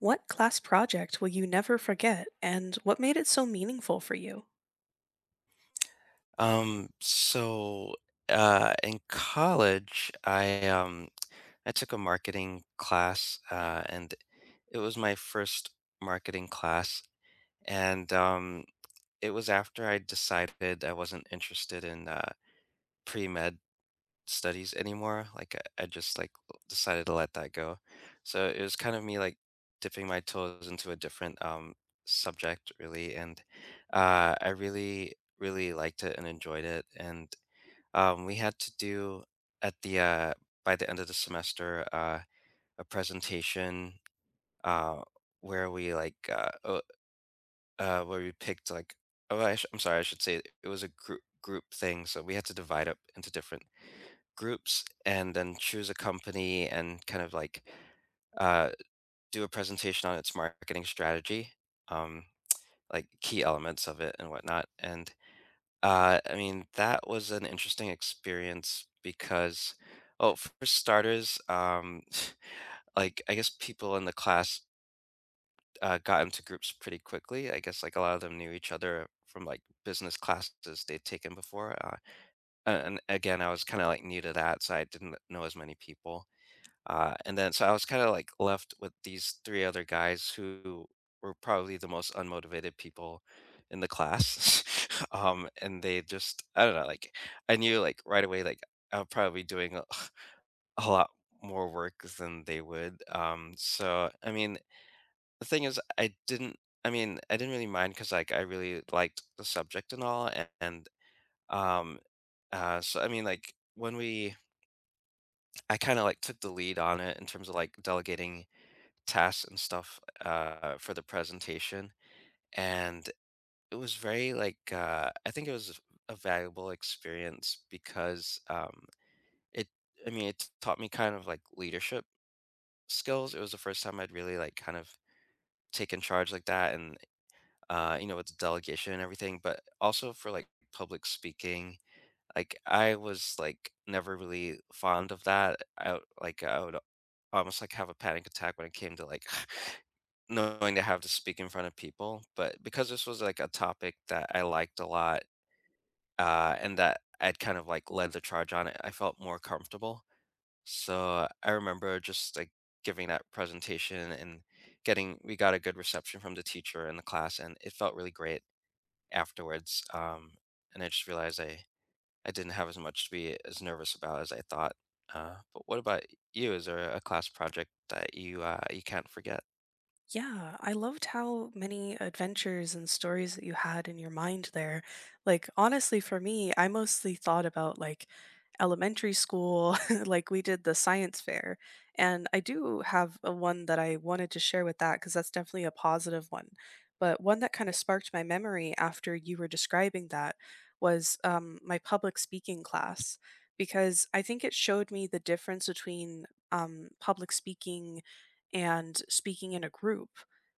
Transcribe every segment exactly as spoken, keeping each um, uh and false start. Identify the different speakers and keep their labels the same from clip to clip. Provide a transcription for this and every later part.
Speaker 1: What class project will you never forget, and what made it so meaningful for you?
Speaker 2: Um, so uh, in college, I um, I took a marketing class, uh, and it was my first marketing class, and um, it was after I decided I wasn't interested in uh, pre-med studies anymore. Like I, I just like decided to let that go. So it was kind of me like dipping my toes into a different um, subject, really, and uh, I really, really liked it and enjoyed it, and um, we had to do at the uh, by the end of the semester uh, a presentation uh, where we like uh, uh, uh, where we picked like oh I sh- I'm sorry, I should say it was a group group thing. So we had to divide up into different groups and then choose a company and kind of like uh, do a presentation on its marketing strategy, um, like key elements of it and whatnot. And Uh, I mean, that was an interesting experience because, oh, for starters, um, like I guess people in the class uh, got into groups pretty quickly. I guess like a lot of them knew each other from like business classes they'd taken before. Uh, and and again, I was kind of like new to that, so I didn't know as many people. Uh, and then so I was kind of like left with these three other guys who were probably the most unmotivated people in the class. Um, and they just, I don't know, like I knew like right away, like I'll probably be doing a, a lot more work than they would. Um, so, I mean, the thing is, I didn't, I mean, I didn't really mind because like I really liked the subject and all. And, and um, uh, so, I mean, like when we, I kind of like took the lead on it in terms of like delegating tasks and stuff uh, for the presentation, and it was very like uh, I think it was a valuable experience because um, it I mean, it taught me kind of like leadership skills. It was the first time I'd really like kind of taken charge like that, and uh, you know, with the delegation and everything, but also for like public speaking. Like I was like never really fond of that. I like I would almost like have a panic attack when it came to like knowing to have to speak in front of people, but because this was, like, a topic that I liked a lot, uh, and that I'd kind of, like, led the charge on it, I felt more comfortable. So, I remember just, like, giving that presentation and getting we got a good reception from the teacher in the class, and it felt really great afterwards, um, and I just realized I I didn't have as much to be as nervous about as I thought. Uh, but what about you? Is there a class project that you, uh, you can't forget?
Speaker 1: Yeah, I loved how many adventures and stories that you had in your mind there. Like, honestly, for me, I mostly thought about like elementary school, like we did the science fair. And I do have a one that I wanted to share with that because that's definitely a positive one. But one that kind of sparked my memory after you were describing that was um, my public speaking class, because I think it showed me the difference between um, public speaking and speaking in a group,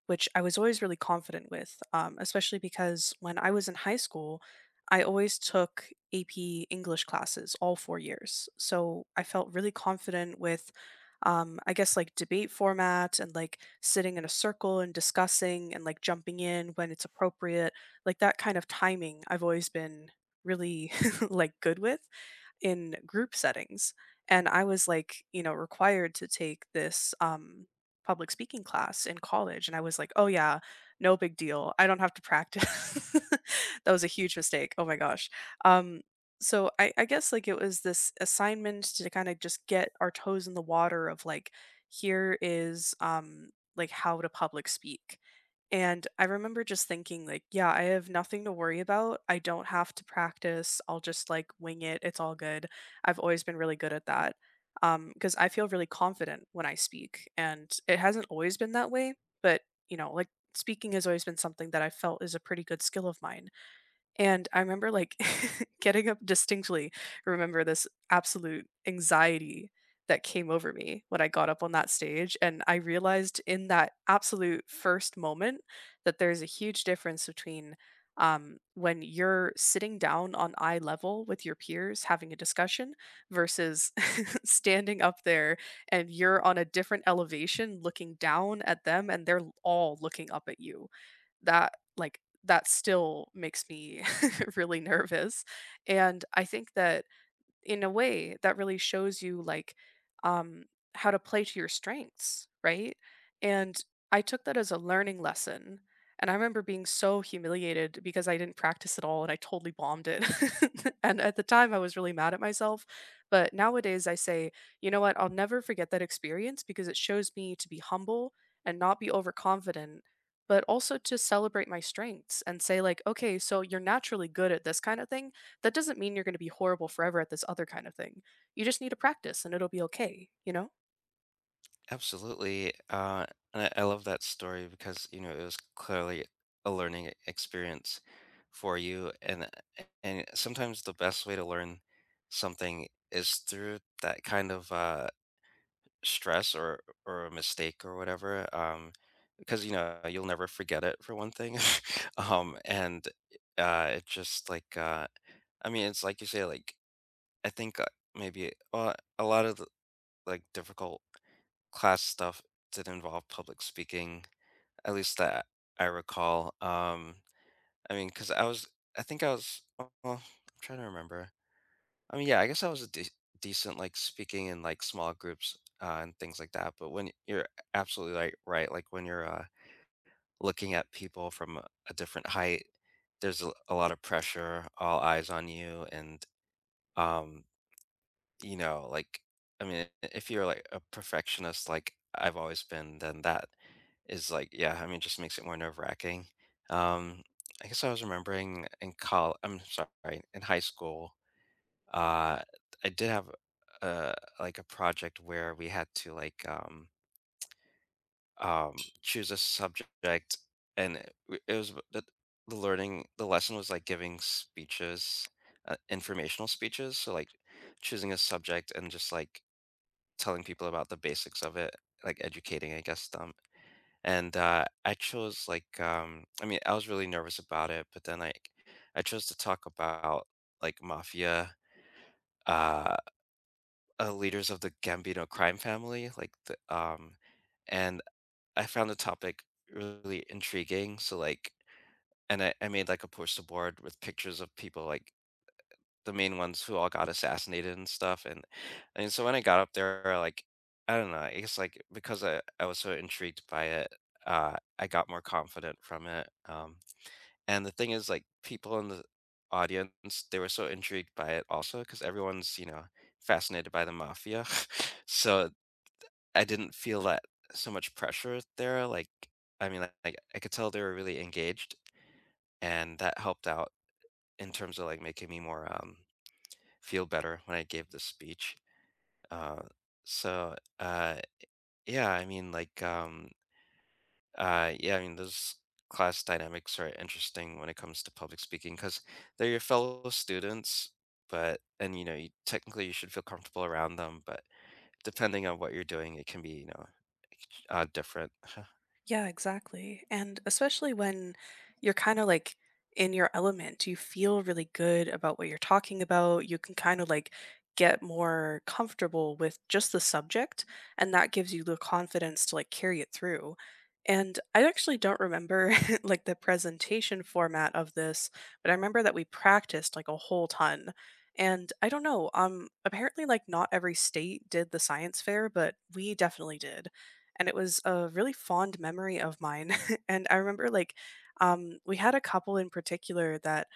Speaker 1: which I was always really confident with. Um, especially because when I was in high school, I always took A P English classes all four years. So I felt really confident with um, I guess, like debate format and like sitting in a circle and discussing and like jumping in when it's appropriate. Like that kind of timing, I've always been really like good with in group settings. And I was like, you know, required to take this um, public speaking class in college. And I was like, oh, yeah, no big deal. I don't have to practice. That was a huge mistake. Oh my gosh. Um, so I, I guess like it was this assignment to kind of just get our toes in the water of like, here is um, like how to public speak. And I remember just thinking, like, yeah, I have nothing to worry about. I don't have to practice. I'll just like wing it. It's all good. I've always been really good at that because I feel really confident when I speak. And it hasn't always been that way. But, you know, like speaking has always been something that I felt is a pretty good skill of mine. And I remember, like, getting up, distinctly remember this absolute anxiety that came over me when I got up on that stage, and I realized in that absolute first moment that there's a huge difference between, um, when you're sitting down on eye level with your peers having a discussion versus standing up there and you're on a different elevation looking down at them and they're all looking up at you. That like, that still makes me really nervous. And I think that in a way that really shows you like um how to play to your strengths, right? And I took that as a learning lesson, and I remember being so humiliated because I didn't practice at all and I totally bombed it. And at the time I was really mad at myself, but nowadays I say, you know what, I'll never forget that experience because it shows me to be humble and not be overconfident, but also to celebrate my strengths and say, like, okay, so you're naturally good at this kind of thing, that doesn't mean you're going to be horrible forever at this other kind of thing. You just need to practice and it'll be okay, you know?
Speaker 2: Absolutely. Uh, and I, I love that story because, you know, it was clearly a learning e- experience for you. And and sometimes the best way to learn something is through that kind of uh, stress or or a mistake or whatever. Um, because, you know, you'll never forget it for one thing. Um, and uh, it just like uh, I mean, it's like you say, like I think uh, maybe uh, a lot of the, like difficult class stuff did involve public speaking, at least that I recall. Um, I mean, because I was, I think I was, oh, well, I'm trying to remember. I mean, yeah, I guess I was a de- decent like speaking in like small groups uh, and things like that. But when you're absolutely like right, like when you're uh, looking at people from a, a different height, there's a, a lot of pressure, all eyes on you, and um, you know, like, I mean, if you're like a perfectionist, like I've always been, then that is like, yeah, I mean, just makes it more nerve wracking. Um, I guess I was remembering in college, I'm sorry, in high school, uh, I did have a, like a project where we had to like, um, um, choose a subject and it, w- it was the, the learning, the lesson was like giving speeches, uh, informational speeches. So like choosing a subject and just like telling people about the basics of it, like educating, I guess, them. And uh, I chose like um, I mean, I was really nervous about it, but then I, I chose to talk about like mafia uh, uh leaders of the Gambino crime family, like the um, and I found the topic really intriguing. So like, and I, I made like a poster board with pictures of people like the main ones who all got assassinated and stuff. And and so when I got up there, like I don't know, I guess like because I, I was so intrigued by it, uh, I got more confident from it. Um, and the thing is, like people in the audience, they were so intrigued by it also because everyone's, you know fascinated by the mafia. So I didn't feel that so much pressure there. Like, I mean, like I could tell they were really engaged, and that helped out in terms of like making me more um feel better when I gave this speech. Uh, so uh, yeah, I mean, like, um, uh, yeah, I mean, those class dynamics are interesting when it comes to public speaking because they're your fellow students, but and you know, you, technically you should feel comfortable around them, but depending on what you're doing, it can be, you know uh, different.
Speaker 1: Yeah, exactly. And especially when you're kind of like in your element, you feel really good about what you're talking about. You can kind of like get more comfortable with just the subject, and that gives you the confidence to like carry it through. And I actually don't remember like the presentation format of this, but I remember that we practiced like a whole ton. And I don't know, um apparently like not every state did the science fair, but we definitely did, and it was a really fond memory of mine. And I remember like um we had a couple in particular that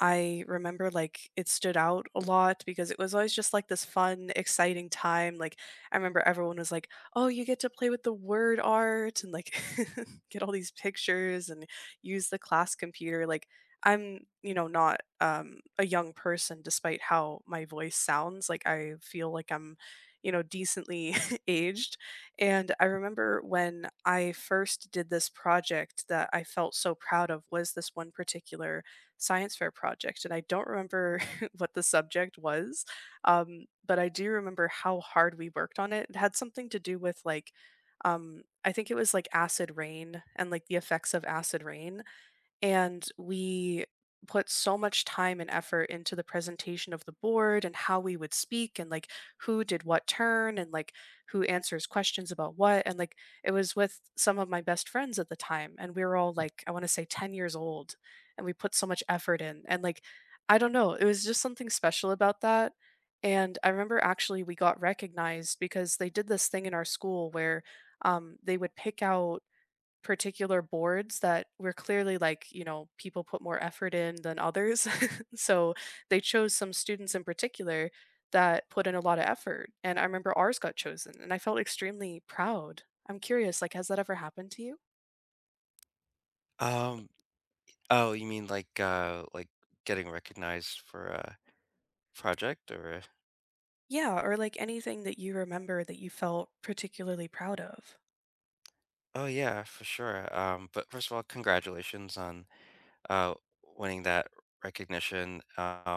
Speaker 1: I remember like it stood out a lot because it was always just like this fun, exciting time. Like I remember everyone was like, "Oh, you get to play with the word art and like get all these pictures and use the class computer." Like I'm, you know, not um a young person despite how my voice sounds. Like I feel like I'm, you know, decently aged. And I remember when I first did this project that I felt so proud of was this one particular science fair project. And I don't remember what the subject was, um, but I do remember how hard we worked on it. It had something to do with like, um, I think it was like acid rain and like the effects of acid rain. And we put so much time and effort into the presentation of the board and how we would speak, and like who did what turn, and like who answers questions about what. And like it was with some of my best friends at the time, and we were all, like, I want to say ten years old, and we put so much effort in, and like, I don't know, it was just something special about that. And I remember actually we got recognized because they did this thing in our school where um, they would pick out particular boards that were clearly like, you know, people put more effort in than others. So they chose some students in particular that put in a lot of effort. And I remember ours got chosen, and I felt extremely proud. I'm curious, like, has that ever happened to you?
Speaker 2: Um, oh, you mean like uh, like getting recognized for a project or?
Speaker 1: Yeah, or like anything that you remember that you felt particularly proud of.
Speaker 2: Oh yeah, for sure. Um, but first of all, congratulations on uh, winning that recognition. Um,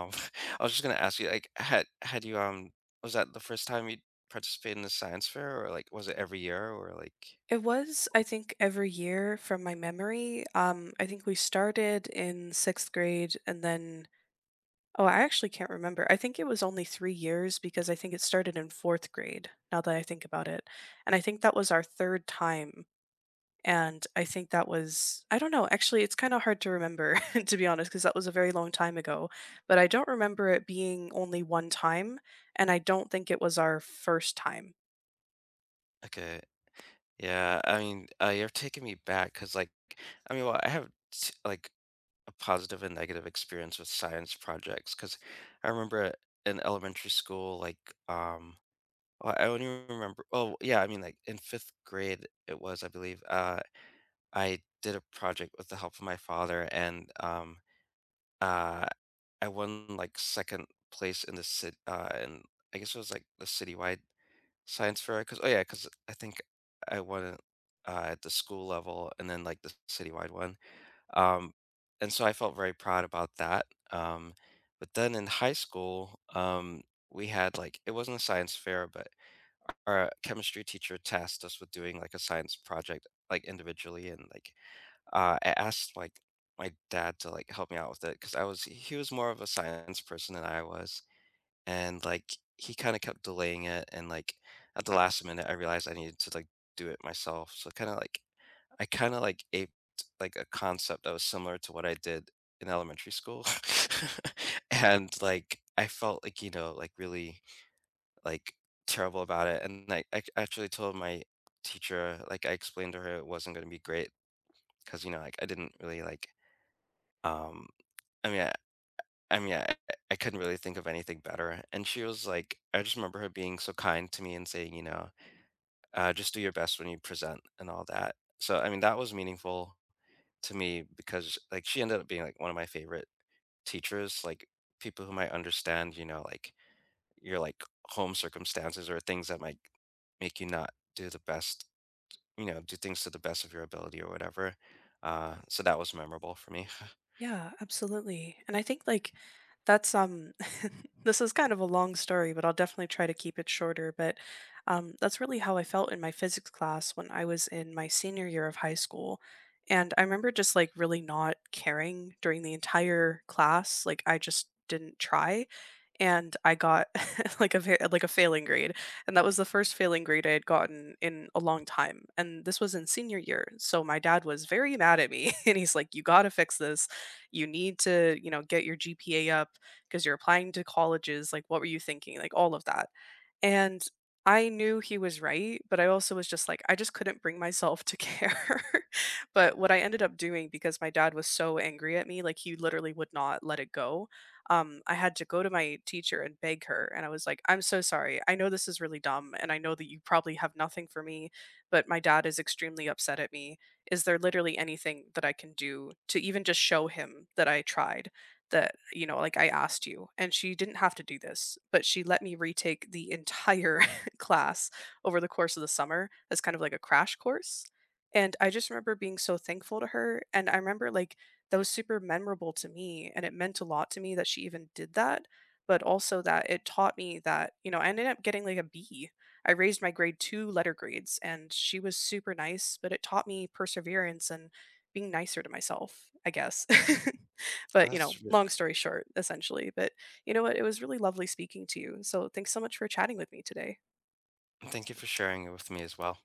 Speaker 2: I was just gonna ask you, like, had had you um, was that the first time you participated in the science fair, or like, was it every year, or like,
Speaker 1: It was, I
Speaker 2: was-
Speaker 1: think, every year from my memory. Um, I think we started in sixth grade, and then Oh, I actually can't remember. I think it was only three years because I think it started in fourth grade, now that I think about it, and I think that was our third time, and I think that was, I don't know, actually, it's kinda hard to remember, to be honest, because that was a very long time ago, but I don't remember it being only one time, and I don't think it was our first time.
Speaker 2: okay, yeah. I mean, uh, you're taking me back because, like, I mean, well, I have t- like a positive and negative experience with science projects because I remember in elementary school, like, um. Well, I only remember. Oh, yeah. I mean, like in fifth grade, it was, I believe. Uh, I did a project with the help of my father, and um, uh, I won like second place in the city, uh, and I guess it was like the citywide science fair. Because oh yeah, because I think I won it, uh, at the school level, and then like the citywide one. Um, and so I felt very proud about that. Um, but then in high school, um, we had like it wasn't a science fair, but our chemistry teacher tasked us with doing like a science project, like individually, and like uh, I asked like my dad to like help me out with it because I was he was more of a science person than I was, and like he kind of kept delaying it, and like at the last minute I realized I needed to like do it myself. So kind of like I kind of like aped like a concept that was similar to what I did in elementary school, and like I felt like, you know, like really like terrible about it, and I, I actually told my teacher, like I explained to her it wasn't going to be great because, you know, like I didn't really like um, I mean, I, I mean, I, I couldn't really think of anything better. And she was like, I just remember her being so kind to me and saying, you know, uh, just do your best when you present and all that. So, I mean, that was meaningful to me because like she ended up being like one of my favorite teachers, like people who might understand, you know, like your like home circumstances or things that might make you not do the best, you know, do things to the best of your ability or whatever. Uh, so that was memorable for me.
Speaker 1: Yeah, absolutely. And I think like that's um this is kind of a long story, but I'll definitely try to keep it shorter, but um that's really how I felt in my physics class when I was in my senior year of high school. And I remember just like really not caring during the entire class, like I just didn't try, and I got like a ve- like a failing grade. And that was the first failing grade I had gotten in a long time. And this was in senior year. So my dad was very mad at me and he's like, you got to fix this, you need to, you know, get your G P A up because you're applying to colleges. Like, what were you thinking? Like, all of that. And I knew he was right, but I also was just like, I just couldn't bring myself to care. But what I ended up doing, because my dad was so angry at me, like he literally would not let it go. Um, I had to go to my teacher and beg her. And I was like, I'm so sorry. I know this is really dumb. And I know that you probably have nothing for me, but my dad is extremely upset at me. Is there literally anything that I can do to even just show him that I tried? That, you know, like, "I asked you," and she didn't have to do this, but she let me retake the entire class over the course of the summer as kind of like a crash course, and I just remember being so thankful to her, and I remember, like, that was super memorable to me, and it meant a lot to me that she even did that, but also that it taught me that, you know, I ended up getting, like, a B. I raised my grade two letter grades, and she was super nice, but it taught me perseverance and being nicer to myself, I guess. But, you know,
Speaker 2: That's really.
Speaker 1: long story short, essentially. But you know what? It was really lovely speaking to you. So thanks so much for chatting with me today.
Speaker 2: Thank you for sharing it with me as well.